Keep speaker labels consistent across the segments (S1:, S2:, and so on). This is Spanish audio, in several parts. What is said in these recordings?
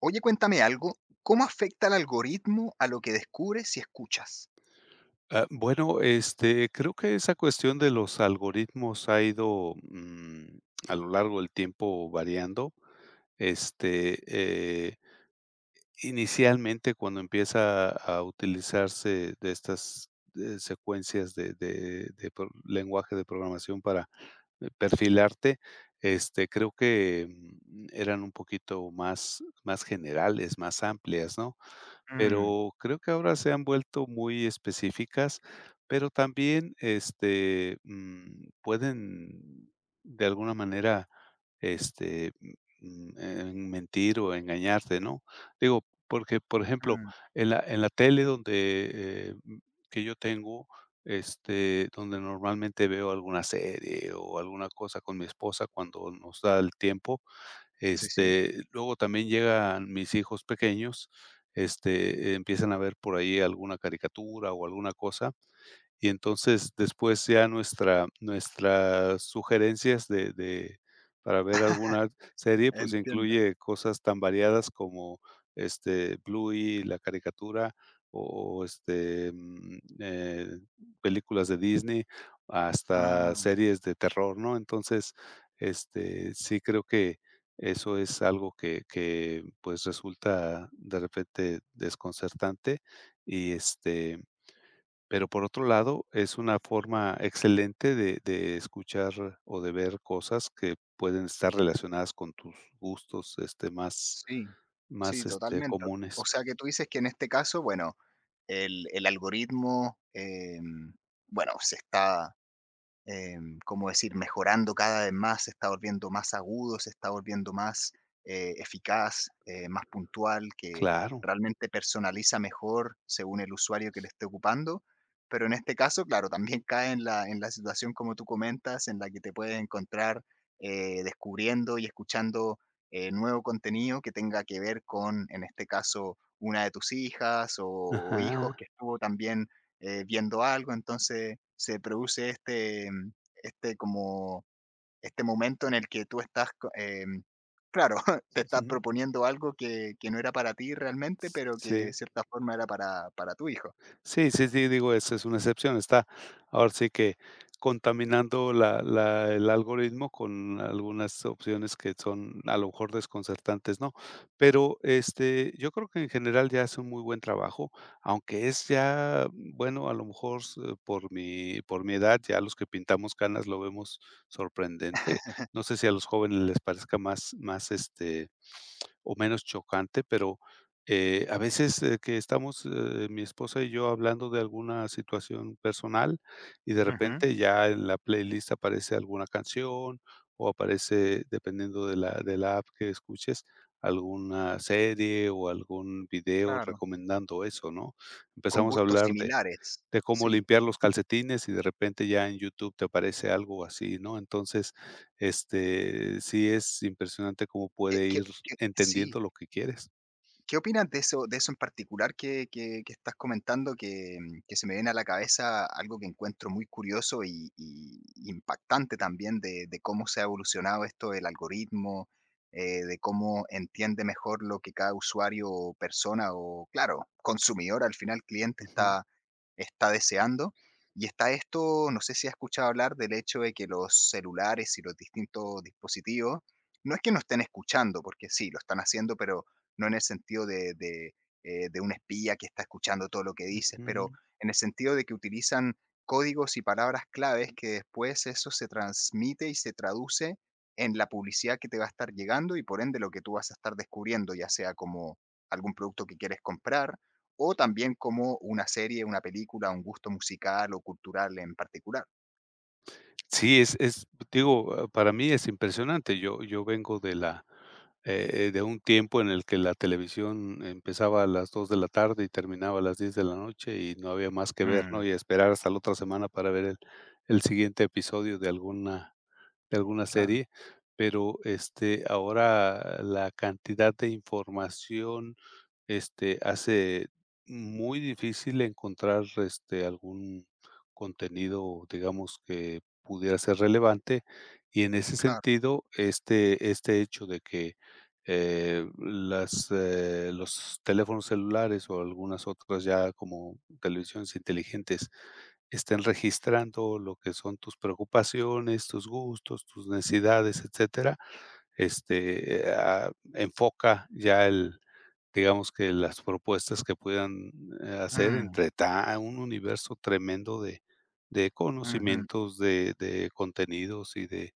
S1: Oye, cuéntame algo, ¿cómo afecta el algoritmo a lo que descubres si escuchas?
S2: Creo que esa cuestión de los algoritmos ha ido, mm, a lo largo del tiempo variando. Este, eh, Inicialmente, cuando empieza a utilizarse de estas, secuencias de pro lenguaje de programación para, perfilarte, creo que, mm, eran un poquito más generales, más amplias, ¿no?
S1: Mm,
S2: Pero creo que ahora se han vuelto muy específicas, pero también, pueden, de alguna manera, este, mm, mentir o engañarte, ¿no? Digo, porque, por ejemplo,
S1: mm,
S2: en la tele donde, eh, mm, que yo tengo, donde normalmente veo alguna serie o alguna cosa con mi esposa cuando nos da el tiempo,
S1: sí, sí,
S2: luego también llegan mis hijos pequeños, empiezan a ver por ahí alguna caricatura o alguna cosa, y entonces, después ya nuestras sugerencias de para ver alguna serie, pues,
S1: entiendo.
S2: incluye cosas tan variadas como, Bluey, la caricatura, o películas de Disney, hasta
S1: Ah,
S2: series de terror, ¿no? Entonces, sí creo que eso es algo que, pues, resulta de repente desconcertante y pero por otro lado, es una forma excelente de escuchar o de ver cosas que pueden estar relacionadas con tus gustos, más
S1: sí, sí, totalmente. O
S2: comunes.
S1: sea que tú dices que en este caso, bueno, el algoritmo, bueno, se está ¿cómo decir?, mejorando cada vez más, se está volviendo más agudo, se está volviendo más eficaz, más puntual, que
S2: Claro.
S1: realmente personaliza mejor según el usuario que le esté ocupando. Pero en este caso, claro, también cae en la situación como tú comentas, en la que te puedes encontrar descubriendo y escuchando nuevo contenido que tenga que ver con, en este caso, una de tus hijas o hijos que
S2: Ajá.
S1: estuvo también viendo algo, entonces se produce este como este momento en el que tú estás, claro, te estás
S2: Ujú.
S1: proponiendo algo que no era para ti realmente, pero que
S2: Sí.
S1: de cierta forma era para tu hijo.
S2: Sí, sí, sí, digo, esa es una excepción. Está ahora sí que contaminando la la el algoritmo con algunas opciones que son a lo mejor desconcertantes, ¿no? Pero, yo creo que en general ya hace un muy buen trabajo, aunque es ya, bueno, a lo mejor s por mi edad, ya los que pintamos canas lo vemos sorprendente. No sé si a los jóvenes les parezca más o menos chocante, pero, a veces, que estamos, mi esposa y yo hablando de alguna situación personal, y de
S1: Ujú,
S2: repente ya en la playlist aparece alguna canción, o aparece, dependiendo de la app que escuches, alguna serie o algún video
S1: claro,
S2: recomendando eso, ¿no?
S1: con
S2: Empezamos a
S1: gustos
S2: hablar
S1: similares,
S2: de cómo
S1: sí.
S2: limpiar los calcetines y de repente ya en YouTube te aparece algo así, ¿no? Entonces, sí es impresionante cómo
S1: Que-
S2: puede ir
S1: que- que- sí,
S2: entendiendo lo que quieres.
S1: ¿qué opinas de eso en particular que estás comentando? Que se me viene a la cabeza algo que encuentro muy curioso y impactante también de cómo se ha evolucionado esto del algoritmo, de cómo entiende mejor lo que cada usuario o persona o, claro, consumidor, al final cliente,
S2: Ujú,
S1: está deseando. Y está esto, no sé si has escuchado hablar del hecho de que los celulares y los distintos dispositivos, no es que no estén escuchando, porque sí, lo están haciendo, pero no en el sentido de un espía que está escuchando todo lo que dices, pero
S2: ujú.
S1: en el sentido de que utilizan códigos y palabras claves que después eso se transmite y se traduce en la publicidad que te va a estar llegando y por ende lo que tú vas a estar descubriendo, ya sea como algún producto que quieres comprar o también como una serie, una película, un gusto musical o cultural en particular.
S2: Sí, es digo, para mí es impresionante. Yo vengo de la, de un tiempo en el que la televisión empezaba a las 2 de la tarde y terminaba a las 10 de la noche y no había más que ver, ¿no?
S1: Mm,
S2: Y esperar hasta la otra semana para ver el siguiente episodio de alguna
S1: claro,
S2: serie, pero, ahora la cantidad de información, hace muy difícil encontrar, algún contenido, digamos, que pudiera ser relevante. Y en ese
S1: claro.
S2: sentido, este hecho de que, las, los teléfonos celulares o algunas otras ya como televisiones inteligentes estén registrando lo que son tus preocupaciones, tus gustos, tus necesidades, etcétera. Enfoca ya el digamos que las propuestas que puedan, hacer
S1: Mm,
S2: entre ta un universo tremendo de
S1: ujú,
S2: conocimientos, de contenidos y de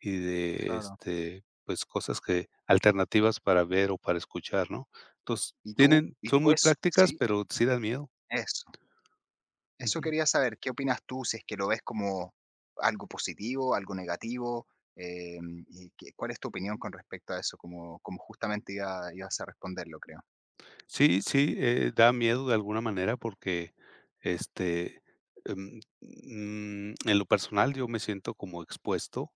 S2: y de,
S1: claro.
S2: este, pues, cosas que alternativas para ver o para escuchar, ¿no? Entonces, tienen
S1: Y
S2: son
S1: tú
S2: muy
S1: es,
S2: prácticas,
S1: sí,
S2: pero sí dan miedo.
S1: eso. Eso
S2: Ujú.
S1: quería saber, ¿qué opinas tú? Si es que lo ves como algo positivo, algo negativo, y ¿cuál es tu opinión con respecto a eso? Como justamente ibas a responderlo, creo.
S2: Sí, sí, da miedo de alguna manera porque, este, en lo personal yo me siento como expuesto,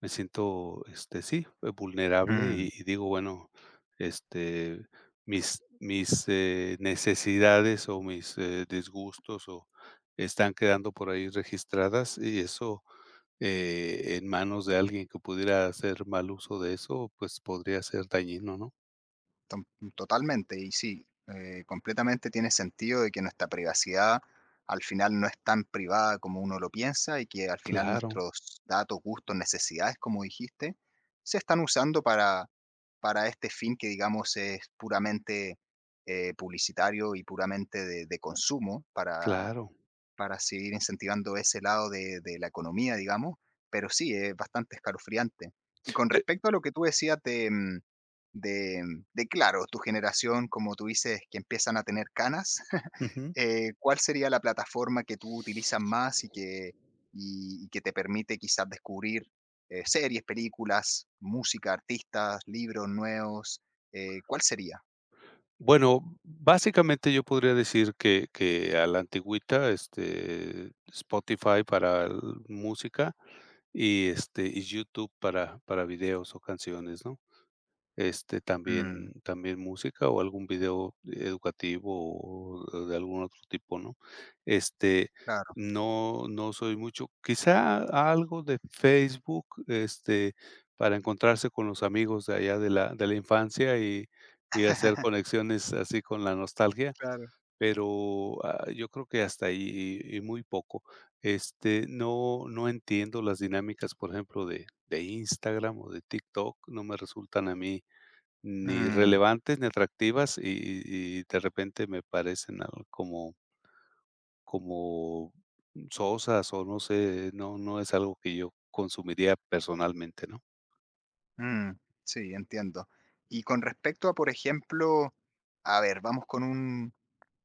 S2: me siento, sí, vulnerable y digo, bueno, este, mis, mis necesidades o mis disgustos o están quedando por ahí registradas y eso en manos de alguien que pudiera hacer mal uso de eso, pues podría ser dañino, ¿no?
S1: Tom- Totalmente, y sí, completamente tiene sentido de que nuestra privacidad al final no es tan privada como uno lo piensa y que al final
S2: Claro,
S1: nuestros datos, gustos, necesidades, como dijiste, se están usando para este fin que digamos es puramente publicitario y puramente de consumo para
S2: claro.
S1: para seguir incentivando ese lado de la economía, digamos, pero sí, es bastante escalofriante. Y con
S2: Eh,
S1: respecto a lo que tú decías de, claro, tu generación, como tú dices, que empiezan a tener canas,
S2: ujú.
S1: ¿cuál sería la plataforma que tú utilizas más y que te permite quizás descubrir series, películas, música, artistas, libros nuevos? ¿Cuál sería?
S2: Bueno, básicamente yo podría decir que a la antigüita, Spotify para el- música y, y YouTube para videos o canciones, ¿no?
S1: Mm,
S2: También también música o algún video educativo o de algún otro tipo, ¿no? Este,
S1: claro.
S2: no soy mucho quizá algo de Facebook, para encontrarse con los amigos de allá de la infancia y hacer conexiones así con la nostalgia,
S1: Claro.
S2: pero, yo creo que hasta ahí y muy poco. No entiendo las dinámicas, por ejemplo, de Instagram o de TikTok, no me resultan a mí ni
S1: Mm.
S2: relevantes, ni atractivas, y de repente me parecen algo como como sosas, o no sé, no es algo que yo consumiría personalmente, ¿no?
S1: Mm, sí, entiendo. Y con respecto a, por ejemplo, a ver, vamos con un,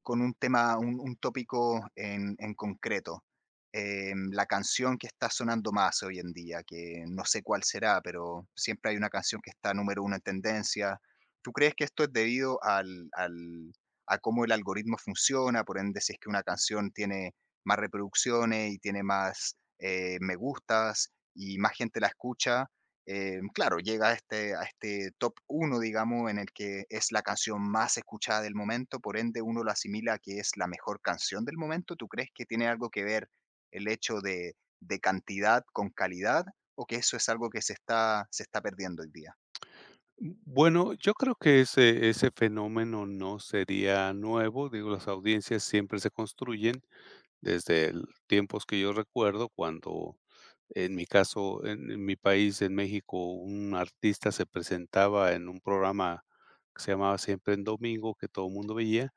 S1: con un tema, un tópico en concreto. La canción que está sonando más hoy en día, que no sé cuál será, pero siempre hay una canción que está número uno en tendencia. ¿Tú crees que esto es debido a cómo el algoritmo funciona? Por ende, si es que una canción tiene más reproducciones y tiene más me gustas y más gente la escucha, claro, llega a este top uno, digamos, en el que es la canción más escuchada del momento, por ende uno lo asimila a que es la mejor canción del momento. ¿Tú crees que tiene algo que ver el hecho de cantidad con calidad o que eso es algo que se está perdiendo hoy día?
S2: Bueno, yo creo que ese fenómeno no sería nuevo, digo, las audiencias siempre se construyen desde el tiempos que yo recuerdo, cuando, en mi caso, en mi país, en México, un artista se presentaba en un programa que se llamaba Siempre en Domingo, que todo el mundo veía.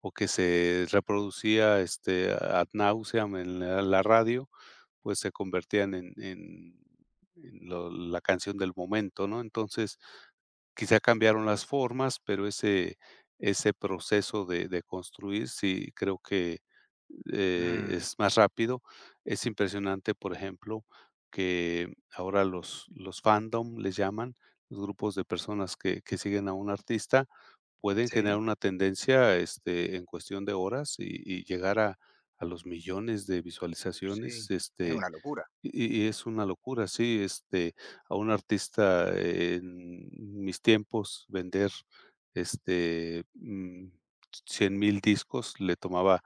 S2: O que se reproducía, ad nauseam en la radio, pues se convertían en lo la canción del momento, ¿no? Entonces, quizá cambiaron las formas, pero ese proceso de construir sí creo que,
S1: Mm,
S2: es más rápido. Es impresionante, por ejemplo, que ahora los fandom les llaman, los grupos de personas que siguen a un artista, pueden
S1: sí,
S2: generar una tendencia, en cuestión de horas y llegar a los millones de
S1: sí.
S2: visualizaciones,
S1: Es una locura.
S2: y es una locura, sí, a un artista en mis tiempos vender, este, mm, 100,000 discos le tomaba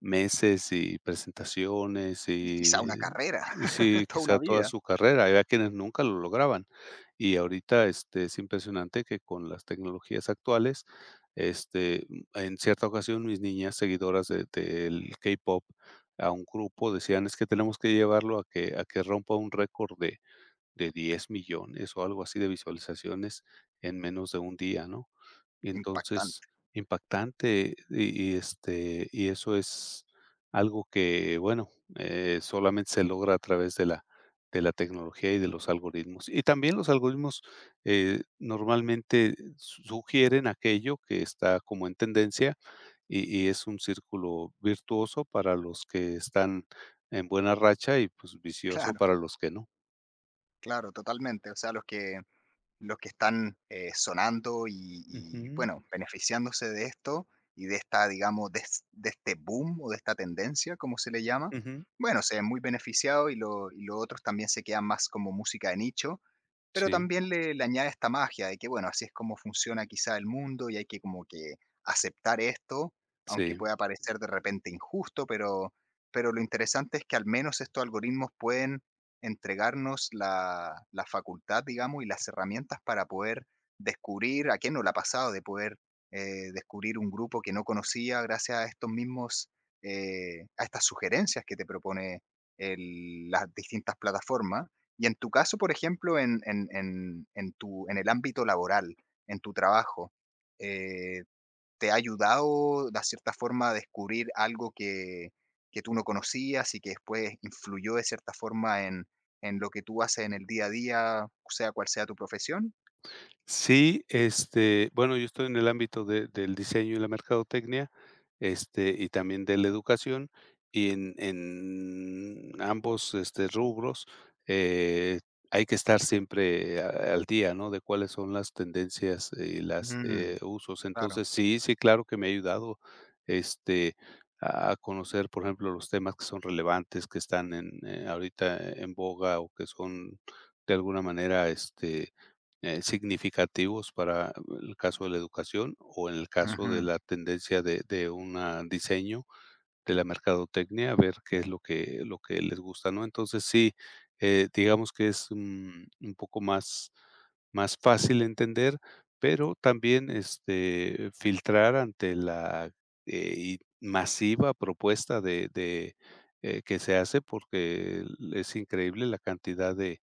S2: meses y presentaciones
S1: Y quizá una carrera,
S2: y sí,
S1: toda
S2: quizá
S1: una
S2: toda
S1: vida.
S2: su carrera. Había quienes nunca lo lograban. Y ahorita, es impresionante que con las tecnologías actuales, este, en cierta ocasión, mis niñas seguidoras de del K-pop a un grupo, decían: "Es que tenemos que llevarlo a que rompa un récord de 10 millones o algo así de visualizaciones en menos de un día", ¿no? Y entonces,
S1: Impactante.
S2: impactante, y, y eso es algo que, bueno, solamente se logra a través de la tecnología y de los algoritmos. Y también los algoritmos, normalmente su sugieren aquello que está como en tendencia y es un círculo virtuoso para los que están en buena racha y, pues, vicioso
S1: Claro,
S2: para los que no.
S1: claro, totalmente. O sea, los que están sonando y,
S2: Ujú,
S1: bueno, beneficiándose de esto y de esta, digamos, de este boom o de esta tendencia, como se le llama,
S2: ujú.
S1: bueno, se ven muy beneficiados y los otros también se quedan más como música de nicho, pero
S2: Sí,
S1: también le añade esta magia de que, bueno, así es como funciona quizá el mundo y hay que como que aceptar esto, aunque
S2: sí.
S1: pueda parecer de repente injusto, pero lo interesante es que al menos estos algoritmos pueden entregarnos la, la facultad, digamos, y las herramientas para poder descubrir, a quién no le ha pasado, de poder descubrir un grupo que no conocía gracias a estos mismos, a estas sugerencias que te propone las distintas plataformas y en tu caso, por ejemplo, en el ámbito laboral, en tu trabajo, eh, ¿te ha ayudado de cierta forma a descubrir algo que tú no conocías y que después influyó de cierta forma en lo que tú haces en el día a día, sea cual sea tu profesión?
S2: Sí, bueno, yo estoy en el ámbito de del diseño y la mercadotecnia, y también de la educación, y en ambos, rubros, eh, hay que estar siempre a al día, ¿no?, de cuáles son las tendencias y las,
S1: Mm,
S2: usos.
S1: claro.
S2: Entonces, sí, sí, claro que me ha ayudado, este, a conocer, por ejemplo, los temas que son relevantes, que están en, ahorita en boga o que son de alguna manera, significativos para el caso de la educación o en el caso de
S1: Ujú,
S2: la tendencia de un diseño, de la mercadotecnia, ver qué es lo que les gusta, ¿no? Entonces sí, digamos que es, un poco más más fácil entender, pero también, filtrar ante la, y masiva propuesta de que se hace, porque es increíble la cantidad de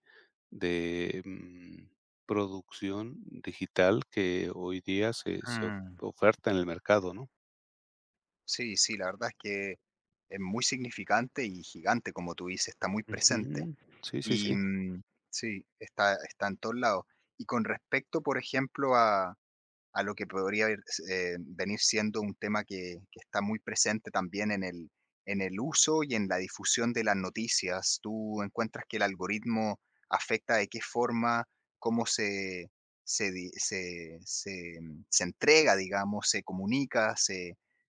S2: de, mm, producción digital que hoy día se
S1: mm.
S2: oferta en el mercado, ¿no?
S1: Sí, sí, la verdad es que es muy significante y gigante, como tú dices, está muy presente.
S2: Ujú. Sí, sí,
S1: Y,
S2: sí.
S1: mm, sí, está en todos lados. Y con respecto, por ejemplo, a lo que podría venir siendo un tema que está muy presente también en el uso y en la difusión de las noticias. ¿Tú encuentras que el algoritmo afecta de qué forma, cómo se entrega, digamos, se comunica, se,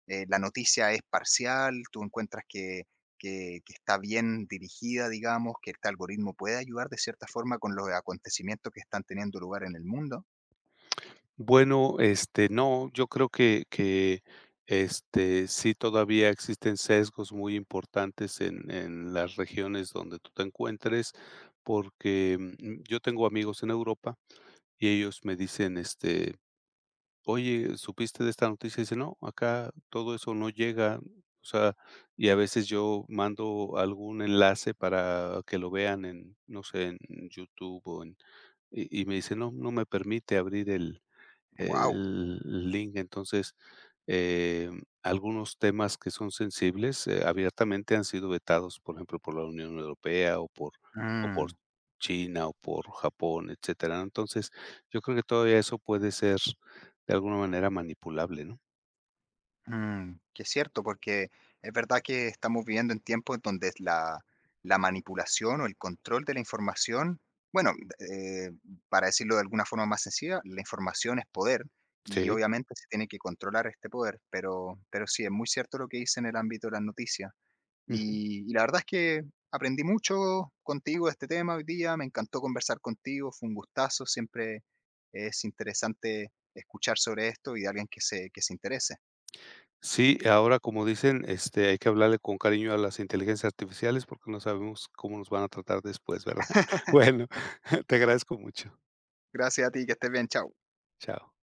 S1: eh, la noticia es parcial? ¿Tú encuentras que está bien dirigida, digamos, que este algoritmo puede ayudar de cierta forma con los acontecimientos que están teniendo lugar en el mundo?
S2: Bueno, no, yo creo que, sí todavía existen sesgos muy importantes en las regiones donde tú te encuentres, porque, yo tengo amigos en Europa y ellos me dicen, "Oye, ¿supiste de esta noticia?" Y dice: "No, acá todo eso no llega", o sea, y a veces yo mando algún enlace para que lo vean en, no sé, en YouTube o en y me dice: "No, no me permite abrir el
S1: ¡Wow!
S2: el link". Entonces, algunos temas que son sensibles, abiertamente han sido vetados, por ejemplo, por la Unión Europea o por China o por Japón, etcétera. ¿No? Entonces, yo creo que todavía eso puede ser de alguna manera manipulable, ¿no?
S1: Mm, que es cierto, porque es verdad que estamos viviendo en tiempos donde es la, la manipulación o el control de la información, bueno, eh, para decirlo de alguna forma más sencilla, la información es poder y
S2: Sí.
S1: obviamente se tiene que controlar este poder, pero sí, es muy cierto lo que dice en el ámbito de las noticias.
S2: Ujú.
S1: Y la verdad es que aprendí mucho contigo de este tema hoy día, me encantó conversar contigo, fue un gustazo, siempre es interesante escuchar sobre esto y de alguien que se interese.
S2: Sí, ahora, como dicen, hay que hablarle con cariño a las inteligencias artificiales porque no sabemos cómo nos van a tratar después, ¿verdad? Bueno, te agradezco mucho.
S1: Gracias a ti, que estés bien, chao.
S2: Chao.